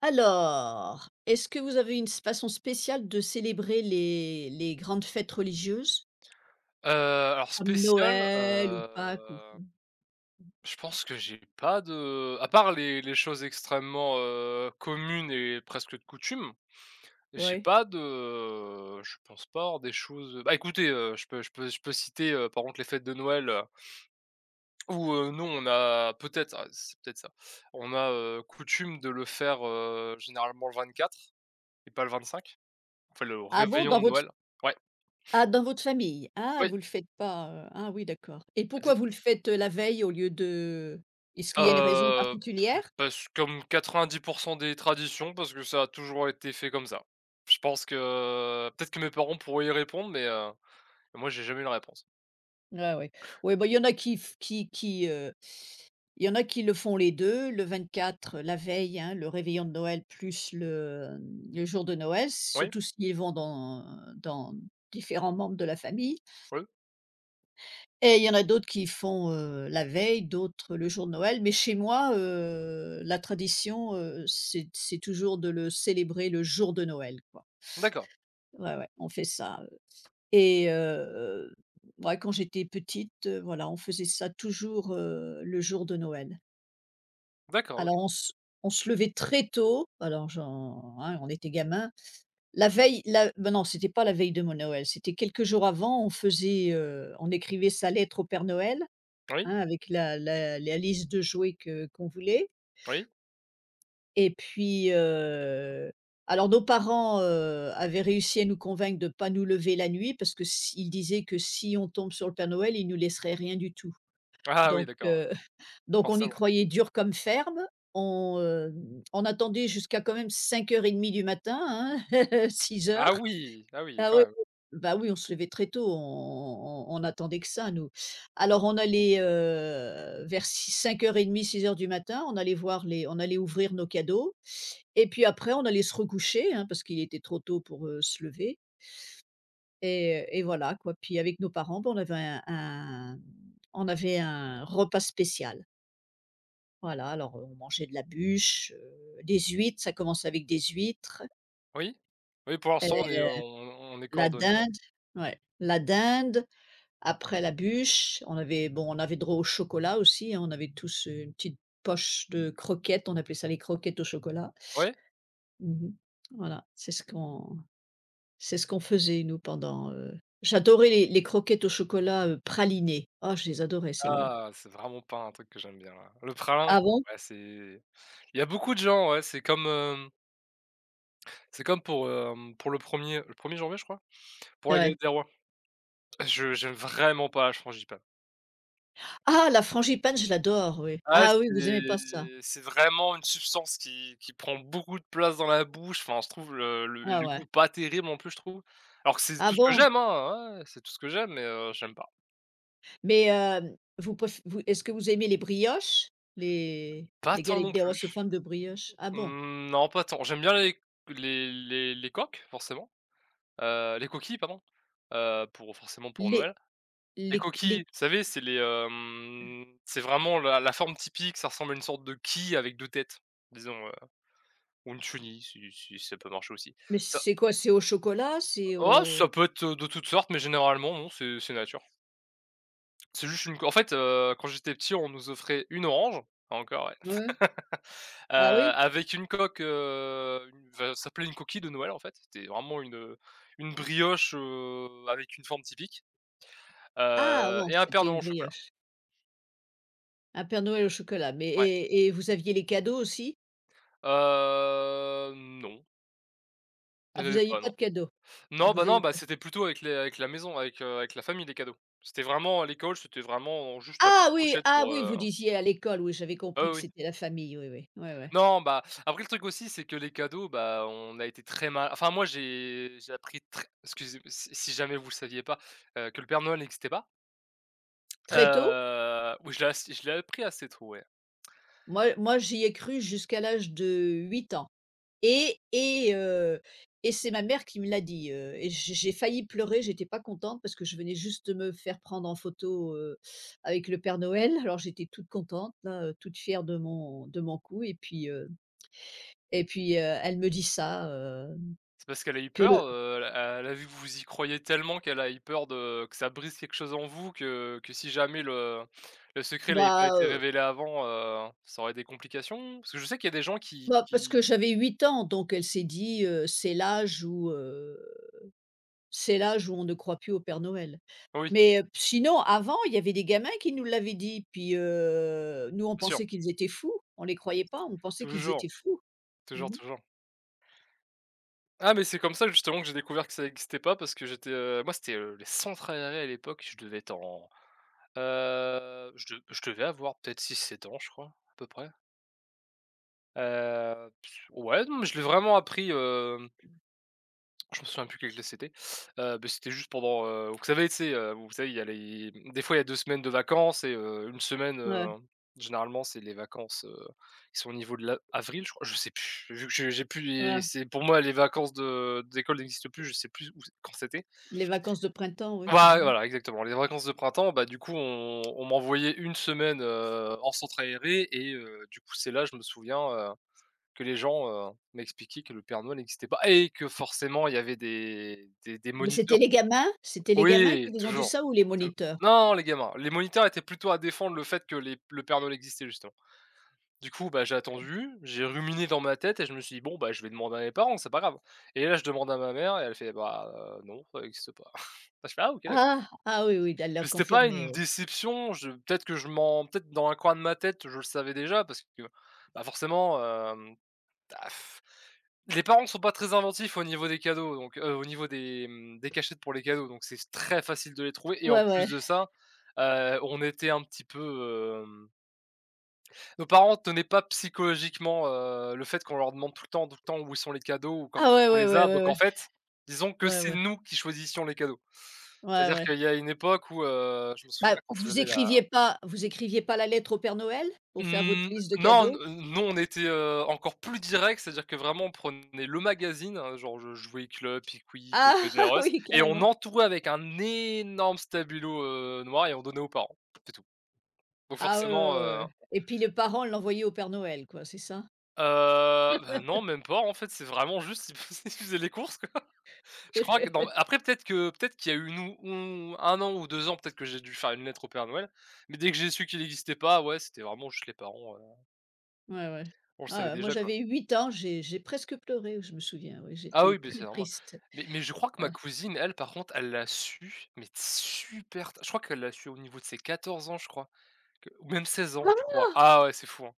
Alors, est-ce que vous avez une s façon spéciale de célébrer les grandes fêtes religieuses? Heu, alors Comme spécial, Noël ou Pâques ou je pense que j'ai pas de à part les choses extrêmement, communes et presque de coutume. J'ai ouais. pas de je pense pas avoir des choses. Bah, écoutez, je peux citer, par contre les fêtes de Noël, où, nous on a peut-être ah, c'est peut-être ça. On a, coutume de le faire, généralement le 24 et pas le 25. On fait le Ah bon, réveillon dans de votre Noël. Ouais, dans votre famille? Ah, oui. vous le faites pas, ah oui d'accord, et pourquoi vous le faites, la veille. Au lieu de Est-ce qu'il y a une raison Heu, particulière? Parce comme 90% des traditions, parce que ça a toujours été fait comme ça. Je pense que peut-être que mes parents pourraient y répondre, mais moi j'ai jamais eu la réponse. Ouais, ouais. Ouais, bah, il y en a qui f qui, il y en a qui le font les deux, le 24, la veille, hein, le réveillon de Noël plus le jour de Noël, Oui? surtout s'ils vont dans différents membres de la famille, Oui? et il y en a d'autres qui font, la veille, d'autres le jour de Noël. Mais chez moi, la tradition, c'est toujours de le célébrer le jour de Noël, quoi. D'accord. Ouais, ouais, on fait ça, et ouais, quand j'étais petite, voilà, on faisait ça toujours, le jour de Noël. D'accord, Alors OK. on se levait très tôt, alors j'en hein, on était gamin. La veille la Bah, non, c'était pas la veille de mon Noël, c'était quelques jours avant, on écrivait sa lettre au Père Noël, Oui? hein, avec la liste de jouets que qu'on voulait. Oui? Et puis, alors nos parents, avaient réussi à nous convaincre de ne pas nous lever la nuit, parce que s ils disaient que si on tombe sur le Père Noël, il nous laisserait rien du tout. Ah oui, Donc d'accord, ouais, heu, donc on y forcément. croyait dur comme ferme. On attendait jusqu'à quand même 5h30 du matin, hein, six Ah heures. oui! Ah oui, Ah quand oui, même. oui. Bah oui, on se levait très tôt, on attendait que ça nous. Alors on allait, vers si 6 heures du matin, on allait voir les on allait ouvrir nos cadeaux, et puis après on allait se recoucher, hein, parce qu'il était trop tôt pour, se lever, et voilà quoi. Puis avec nos parents, bah, on avait un repas spécial. Voilà, alors, on mangeait de la bûche, des huîtres, ça commence avec des huîtres, Oui? Oui, pour heu, l'instant, on est la coordonnés. dinde, ouais, la dinde. Après la bûche, on avait droit au chocolat aussi, hein, on avait tous, une petite poche de croquettes, on appelait ça les croquettes au chocolat. Oui. Mmh. Voilà, c'est ce qu'on faisait nous j'adorais les croquettes au chocolat, pralinées. Ah je les adorais celles-là. Ah, c'est vraiment pas un truc que j'aime bien, ouais. Le pralin, Ah bon? ouais, c'est il y a beaucoup de gens, ouais, c'est comme, c'est comme pour, pour le premier janvier, je crois? Pour la Ouais. galette des rois. Je j'aime vraiment pas la frangipane. Ah la frangipane je l'adore, oui. Ah, Ah oui, vous aimez c'est pas ça? c'est vraiment une substance qui prend beaucoup de place dans la bouche, enfin, je trouve le le Ah le ouais. goût pas terrible non plus, je trouve. Alors que c'est Ah tout ce que bon? j'aime, hein, ouais, c'est tout ce que j'aime, mais j'aime pas. Mais, vous préf vous est-ce que vous aimez les brioches? Les Pas les tant galettes non des roses sous plus. forme de brioche? Ah bon? Mmh, non, pas tant. J'aime bien les coques, forcément, les coquilles, pardon, pour forcément pour Les Noël. Les coquilles, les vous savez, c'est les, c'est vraiment la forme typique, ça ressemble à une sorte de quille avec 2 têtes, disons, ou une chenille, si ça peut marcher aussi. Mais Ça c'est quoi? C'est au chocolat? C'est oh, au ça peut être, de toutes sortes, mais généralement non, c'est nature. C'est juste une co en fait, quand j'étais petit, on nous offrait une orange, encore ouais, Ouais. Ah oui? avec une coque, une enfin, ça s'appelait une coquille de Noël en fait. C'était vraiment une brioche, avec une forme typique, Ah bon, et un Père c'était une Noël au chocolat. brioche. Un Père Noël au chocolat, mais Ouais. et vous aviez les cadeaux aussi? Non, il Ah, y en vous avait aviez pas pas non. de cadeaux? Ah, Non, bah vous non, aviez bah, pas. c'était plutôt avec les avec la maison, avec, avec la famille, les cadeaux. C'était vraiment à l'école, c'était vraiment juste la Ah oui, pochette ah pour, oui, vous disiez à l'école, oui, j'avais compris ah que oui, oui. c'était la famille, oui, oui. Ouais, ouais. Non, bah, après le truc aussi, c'est que les cadeaux, bah, on a été très mal enfin moi j'ai appris très excusez si jamais vous le saviez pas, que le Père Noël n'existait pas. Très tôt? Oui, je l'ai appris assez tôt, ouais. Moi, j'y ai cru jusqu'à l'âge de 8 ans. Et et heu et c'est ma mère qui me l'a dit, et j'ai failli pleurer, j'étais pas contente parce que je venais juste de me faire prendre en photo, avec le Père Noël. Alors j'étais toute contente là, toute fière de mon coup, elle me dit ça, C'est parce qu'elle a eu que le. peur, elle a vu que vous y croyez tellement qu'elle a eu peur de que ça brise quelque chose en vous que si jamais le secret n'avait pas bah, été heu, révélé avant, ça aurait des complications? Parce que je sais qu'il y a des gens qui Bah, parce qui que j'avais 8 ans, donc elle s'est dit, C'est l'âge où on ne croit plus au Père Noël. oui, Mais, sinon avant, il y avait des gamins qui nous l'avaient dit, puis, nous on bien sûr, pensait qu'ils étaient fous, on les croyait pas, on pensait qu'ils étaient toujours, fous. toujours, Mmh. toujours. Ah mais c'est comme ça justement que j'ai découvert que ça n'existait pas parce que j'étais, moi c'était, les centres aérés à l'époque, je devais être en, je devais avoir peut-être six sept ans je crois, à peu près. Heu, ouais, non mais je l'ai vraiment appris, euh, je me souviens plus quelle classe c'était. Beh, c'était juste pendant, vous savez, tu sais, vous savez, il y a les des fois, il y a 2 semaines de vacances et 1 semaine, Ouais, généralement, c'est les vacances, qui sont au niveau de l'a avril, je crois, je sais plus. Vu que j'ai plus ouais, les c'est pour moi, les vacances de d'école n'existent plus, je sais plus où quand c'était. les vacances de printemps, oui. Voi Mmh. voilà, exactement, les vacances de printemps, bah, du coup, on m'envoyait une semaine, en centre aéré et du coup, c'est là, je me souviens, que les gens, m'expliquaient que le Père Noël n'existait pas et que forcément il y avait des Mais moniteurs c'était les gamins oui, qui vous ont dit toujours. ça ou les Tou moniteurs? Non, les gamins, les moniteurs étaient plutôt à défendre le fait que les le Père Noël existait justement. Du coup, bah, j'ai attendu, j'ai ruminé dans ma tête et je me suis dit: «Bon, bah, je vais demander à mes parents, c'est pas grave» et là, je demande à ma mère et elle fait: «Bah, non, ça n'existe pas». Je fais: «Ah OK, d'accord». Ah! Ah oui, oui, elle l'a Mais c'était pas confirmé, une oui. déception, je peut-être que je m'en peut-être dans un coin de ma tête, je le savais déjà parce que, bah, forcément, hem, bah, les parents sont pas très inventifs au niveau des cadeaux, donc au niveau des, des cachettes pour les cadeaux, donc c'est très facile de les trouver et en Ouais, ouais. plus de ça, on était un petit peu, hem nos parents tenaient pas psychologiquement, le fait qu'on leur demande tout le temps où sont les cadeaux ou quand Ah ouais, on ouais, les ouais, a, ouais, donc en ouais, fait, disons que ouais, c'est ouais, nous qui choisissions les cadeaux. ouais, C'est-à-dire ouais. qu'il y a une époque où, je me souviens Bah, quand j'avais la vous écriviez pas la lettre au Père Noël pour faire votre Mmh, liste de non, n cadeaux? nous on était, encore plus direct, c'est-à-dire que vraiment on prenait le magazine, hein, genre je jouais Club, Pickwick, Ah Toys R Us oui, et on carrément. entourait avec un énorme stabilo, noir et on donnait aux parents, c'est tout. Donc Ah ouais, ouais, forcément, ouais, ouais. Et puis les parents l'envoyaient au Père Noël, quoi, c'est ça? Bah, non même pas en fait, c'est vraiment juste ils faisaient les courses, quoi. Je crois que dans après peut-être qu'il y a eu une ou 1 an ou 2 ans, peut-être que j'ai dû faire une lettre au Père Noël, mais dès que j'ai su qu'il n'existait pas, ouais, c'était vraiment juste les parents, Ouais, ouais. on le savait Ah ouais, moi déjà, quoi. j'avais 8 ans, j'ai presque pleuré, je me souviens, oui, Ah oui, j'étais beh, très c'est normal. triste. Mais je crois que Ouais. ma cousine, elle, par contre, elle l'a su, mais super ta je crois qu'elle l'a su au niveau de ses 14 ans, je crois, que ou même 16 ans, je crois. Ah ouais, c'est fou, hein.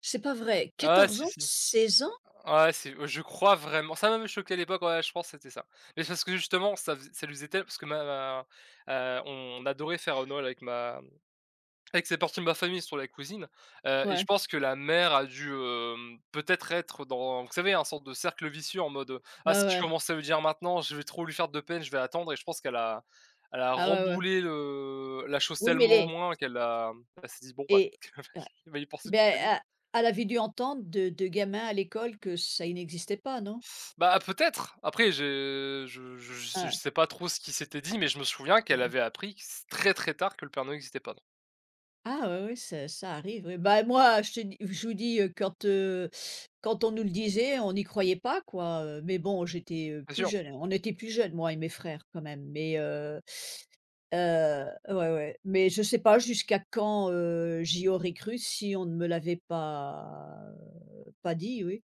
C'est pas vrai? Ah quatorze si, ans? si. 16 ans? Ah c'est ouais, je crois vraiment ça m'avait choqué à l'époque, ouais, je pense que c'était ça. Mais c'est parce que justement, ça fais ça lui faisait tel parce que ma, on adorait faire, Noël avec ma avec c'est partie de ma famille sur la cuisine, et je Ouais, pense que la mère a dû, peut-être être dans vous savez, un sorte de cercle vicieux en mode, ouais, «Ah si je ouais. commence à lui dire maintenant, je vais trop lui faire de peine, je vais attendre» et je pense qu'elle a elle a Ah ouais, ouais. remboulé le la chose Oui, mais tellement les loin qu'elle a elle s'est dit: «Bon bah, et ouais. il va y penser toute sa vie». Ben, e elle avait dû entendre de gamins à l'école que ça n'existait pas, non? Bah, peut-être! Après j'ai Ouais, je ouais. sais pas trop ce qui s'était dit, mais je me souviens qu'elle avait appris très, très tard que le Père Noël existait pas, non. Ah ouais, ouais, ça arrive, oui. Bah, moi, je vous dis, quand on nous le disait, on n'y croyait pas, quoi, mais bon, j'étais, C'est plus sûr. jeune. On était plus jeunes, moi et mes frères, quand même, mais ouais, ouais, mais je sais pas jusqu'à quand, j'y aurais cru si on ne me l'avait pas, dit, oui.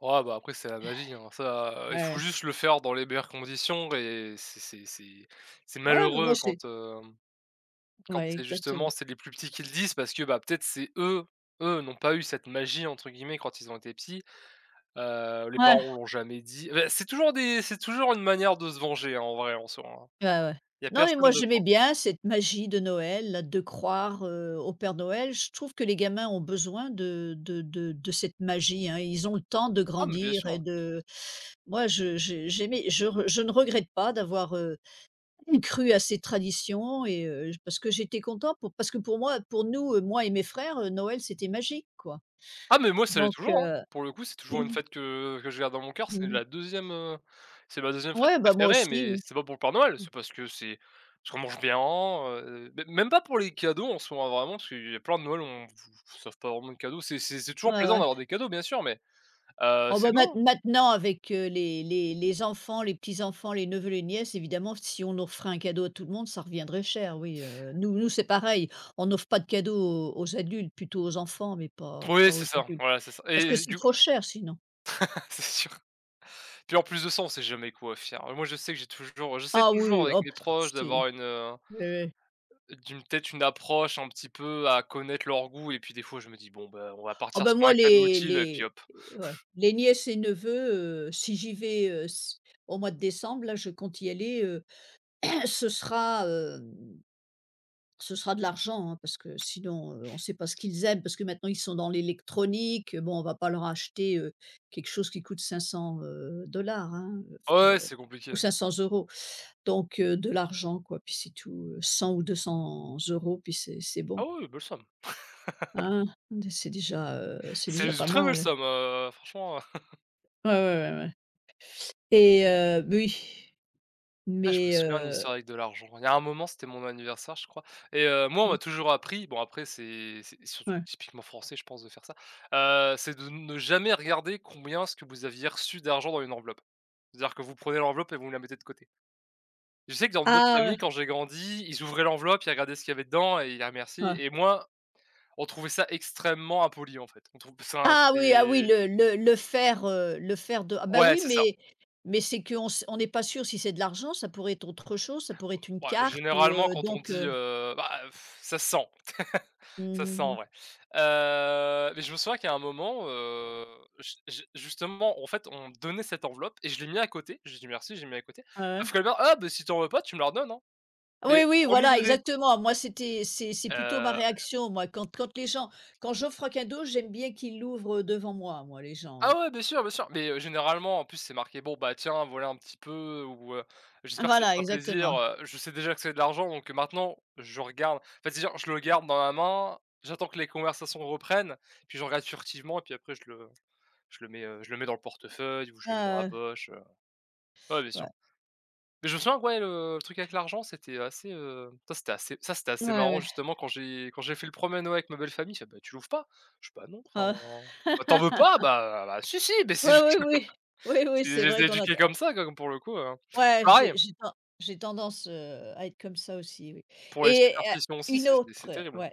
Ouais, bah, après c'est la magie, hein. Ça, Ouais, il faut ouais. juste le faire dans les meilleures conditions et c'est Ouais, mais moi, malheureux c'est quand, quand ouais, c'est justement exactement. c'est les plus petits qui le disent parce que, bah, peut-être c'est eux n'ont pas eu cette «magie» entre guillemets quand ils ont été petits. Les Ouais. parents l'ont jamais dit. Bah, c'est toujours des c'est toujours une manière de se venger, hein, en vrai en soi, hein. Ouais, ouais. Il y a Non, mais moi personne de j'aimais bien cette magie de Noël, là, de croire, au Père Noël. Je trouve que les gamins ont besoin de cette magie, hein. Ils ont le temps de ah mais bien grandir et sûr. de moi je j'ai j'aimais je re je ne regrette pas d'avoir, cru à ces traditions, et parce que j'étais content pour parce que pour moi pour nous, moi et mes frères, Noël c'était magique, quoi. Ah mais moi ça l'est Donc toujours, hein. heu, Pour le coup, c'est toujours une mmh. fête que je garde dans mon cœur. C'est la deuxième e c'est ma deuxième fête Ouais, bah, moi préférée, aussi, mais oui. c'est pas pour le Père Noël, c'est parce que c'est parce qu'on mange bien, mê même pas pour les cadeaux en soi, hein, vraiment, parce qu'il y a plein de Noël, on ne savent pas vraiment de cadeaux. C'est Ouais, toujours plaisant ouais. d'avoir des cadeaux, bien sûr, mais Oh c'est bah, non. maintenant avec, les enfants, les petits-enfants, les neveux, les nièces, évidemment, si on offrait un cadeau à tout le monde, ça reviendrait cher, oui, nous nous, c'est pareil. On offre pas de cadeau aux adultes, plutôt aux enfants, mais pas Oui, pas c'est aux ça, adultes. voilà, c'est ça Parce que et c'est du coup trop cher sinon. c'est sûr. Puis en plus de ça, on sait jamais quoi faire. Moi, je sais que j'ai toujours je sais Ah toujours oui, avec hop, mes proches c'est oui, d'avoir une, oui. d'une peut-être une approche un petit peu à connaître leur goût et puis des fois je me dis: «Bon bah, on va Oh partir ben sur moi, un cadeau utile» et puis les hop. ouais, les nièces et neveux, si j'y vais, s au mois de décembre, là, je compte y aller, ce sera, Ce sera de l'argent, hein, parce que sinon, on ne sait pas ce qu'ils aiment, parce que maintenant ils sont dans l'électronique, bon, on va pas leur acheter, quelque chose qui coûte 500, dollars, hein, f Ouais, ouais, c'est ou compliqué. 500. Donc, de l'argent, quoi, puis c'est tout, 100 ou 200 euros, puis c'est bon, Ah oui, oui, belle somme. hein, c'est déjà, heu, c'est C'est déjà une pas très belle mal. somme, franchement, Ouais, ouais, ouais, ouais, et oui, ah je me mais souviens une histoire avec de l'argent. Il y a un moment, c'était mon anniversaire, je crois et moi, on m'a mmh, toujours appris, bon après c'est surtout ouais. typiquement français, je pense, de faire ça, c'est de ne jamais regarder combien ce que vous aviez reçu d'argent dans une enveloppe. C'est-à-dire que vous prenez l'enveloppe et vous la mettez de côté. Je sais que dans d'autres Ah, ouais, familles, quand j'ai grandi, ils ouvraient l'enveloppe, ils regardaient ce qu'il y avait dedans et ils la ouais. remerciaient, et moi, on trouvait ça extrêmement impoli, en fait. On trouve ça, Ah oui, ah oui, c'est le faire, le faire de ah bah ouais, oui, c'est ça. mais c'est qu'on s on n'est pas sûr si c'est de l'argent, ça pourrait être autre chose, ça pourrait être une Ouais, carte, ou, généralement, quand on donc. dit, bah, pff, ça se sent, ça se sent, mmh ouais. Mais je me souviens qu'à un moment, j j justement, en fait, on me donnait cette enveloppe et je l'ai mis à côté. J'ai dit: «Merci», j'ai mis à côté. Ah ouais? Sauf que le maire: «Ah, bah, si tu en veux pas, tu me la redonnes, hein». Mais Oui, oui, 1er voilà, degré, exactement. Moi, c'est plutôt ma heu réaction, moi, quand quand les gens quand j'offre un cadeau, j'aime bien qu'ils l'ouvrent, devant moi, moi, les gens, ouais. Ah ouais, bien sûr, mais généralement, en plus, c'est marqué: «Bon, bah, tiens, voilà un petit peu» ou «J'espère que ça te Voilà, fera plaisir, exactement. Je sais déjà que c'est de l'argent, donc maintenant, je regarde». En fait, c'est genre, je le garde dans la main, j'attends que les conversations reprennent, puis je regarde furtivement et puis après je le mets, je le mets dans le portefeuille ou je le mets dans la Ah, poche, Ouais, bien ouais. sûr. Mais je me souviens que ouais, le truc avec l'argent, c'était assez, ça, c'était assez, ça, c'était assez Ouais, marrant ouais. justement quand j'ai fait le 1er Noël avec ma belle famille, fait: «Bah, tu l'ouvres pas?» Je sais pas, non, Ah. enfin, bah, t'en veux pas?» «Bah bah, si, si, mais c'est Ouais, juste, oui, oui. Oui, oui, c'est, c'est je les vrai qu'on a éduqués comme ça, comme pour le coup, ouais, pareil, j'ai tendance, à être comme ça aussi, oui. pour les Et, superstitions aussi, une c'est autre, terrible. ouais.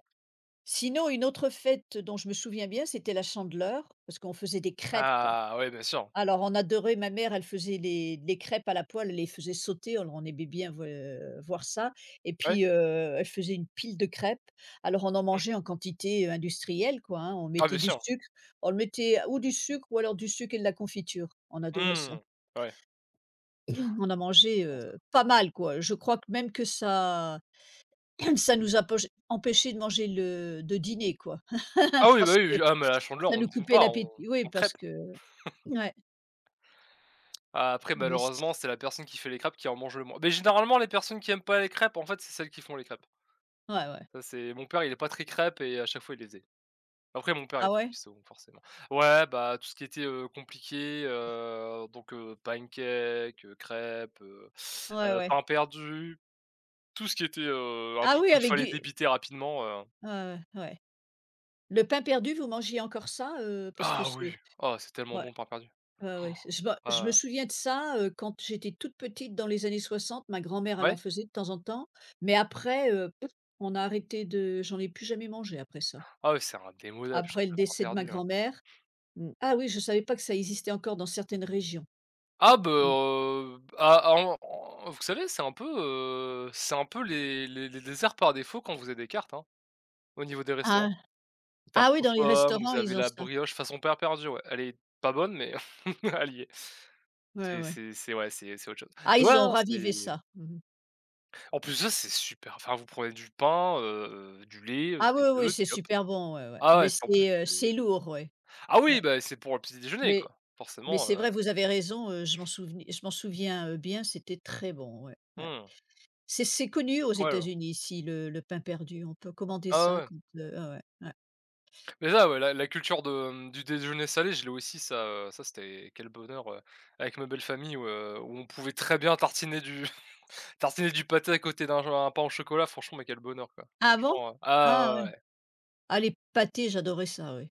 Sinon, une autre fête dont je me souviens bien, c'était la Chandeleur, parce qu'on faisait des crêpes. Ah ouais, bien sûr. Alors on adorait, ma mère, elle faisait les crêpes à la poêle, elle les faisait sauter, alors on aimait bien voir ça. Et Ouais. puis, elle faisait une pile de crêpes, alors on en Mmh. mangeait en quantité, industrielle, quoi, hein. On Ah bien mettait du sûr. sucre, on le mettait ou du sucre, ou alors du sucre et de la confiture. On adorait ça. Mmh. Ouais. On a mangé, Bon ça. Pas mal, quoi. Je crois que même que ça ça nous a poche empêchés de manger le de dîner, quoi. Ah oui, bah Parce que oui, ah mais la chandeleur, ça on ne nous dîne coupait pas, on l'appétit. Oui on parce crêpe. que ouais, Ah, après mais malheureusement, c c'est la personne qui fait les crêpes qui en mange le moins. Mais généralement les personnes qui aiment pas les crêpes, en fait, c'est celles qui font les crêpes. ouais, ouais. Ça c'est mon père, il est pas très crêpe et à chaque fois il les faisait. Après mon père Ah était ouais? cuistot, donc forcément. Ouais, bah, tout ce qui était, compliqué, donc pancakes, crêpes, Ouais, ouais. pain perdu, tout ce qui était, un Ah truc oui, où il avec fallait du débiter rapidement, ouais, ouais, ouais. Le pain perdu, vous mangiez encore ça, parce que ah ce oui! Ah c'est tellement bon, ouais, le pain perdu. ouais, ouais. Je me Ah souviens de ça, quand j'étais toute petite dans les années 60, ma grand-mère elle en ouais? faisait de temps en temps, mais après, on a arrêté de j'en ai plus jamais mangé après ça. Ah ouais, c'est indémodable, je Après trouve, le le pain décès de ma perdu, hein. grand-mère. Mmh. Ah oui, je savais pas que ça existait encore dans certaines régions. Ah bah, Mmh. ah en vous savez, c'est un peu les desserts par défaut quand vous avez des cartes, hein, au niveau des Ah. restaurants. Ah Tarte oui, aux dans les pommes, vous restaurants, avez ils ont la ça. brioche façon Père Perdu, ouais. Elle est pas bonne, mais elle y est. Ouais, C'est ouais. c'est c'est ouais, c'est autre chose. Ah, ils Ouais, ont non, ravivé c'est ça. Mmh. en plus ça, c'est super. Enfin, vous prenez du pain, du lait, Ah oui, des oui, oui, œufs, c'est puis hop. super bon, ouais, ouais. Ah Mais ouais, puis en plus, c'est, heu, c'est c'est lourd, ouais, ah oui, ouais. bah, c'est pour le petit déjeuner, Mais quoi. mais Forcément, c'est vrai, vous avez raison, je m'en souviens, bien, c'était très bon, ouais, ouais. mmh, C'est connu aux incroyable. États-Unis ici, le pain perdu, on peut commander Ah ça ouais. quand, ouais, ouais, ouais. Mais ça, ouais, la culture de mmh, du déjeuner salé, je l'ai aussi, ça, ça c'était quel bonheur, avec ma belle famille où, où on pouvait très bien tartiner du tartiner du pâté à côté d'un un pain au chocolat, franchement, mais quel bonheur, quoi. Ah bon? Franchement, Ah ah ouais, ouais. ouais. Ah, les pâtés, j'adorais ça, oui.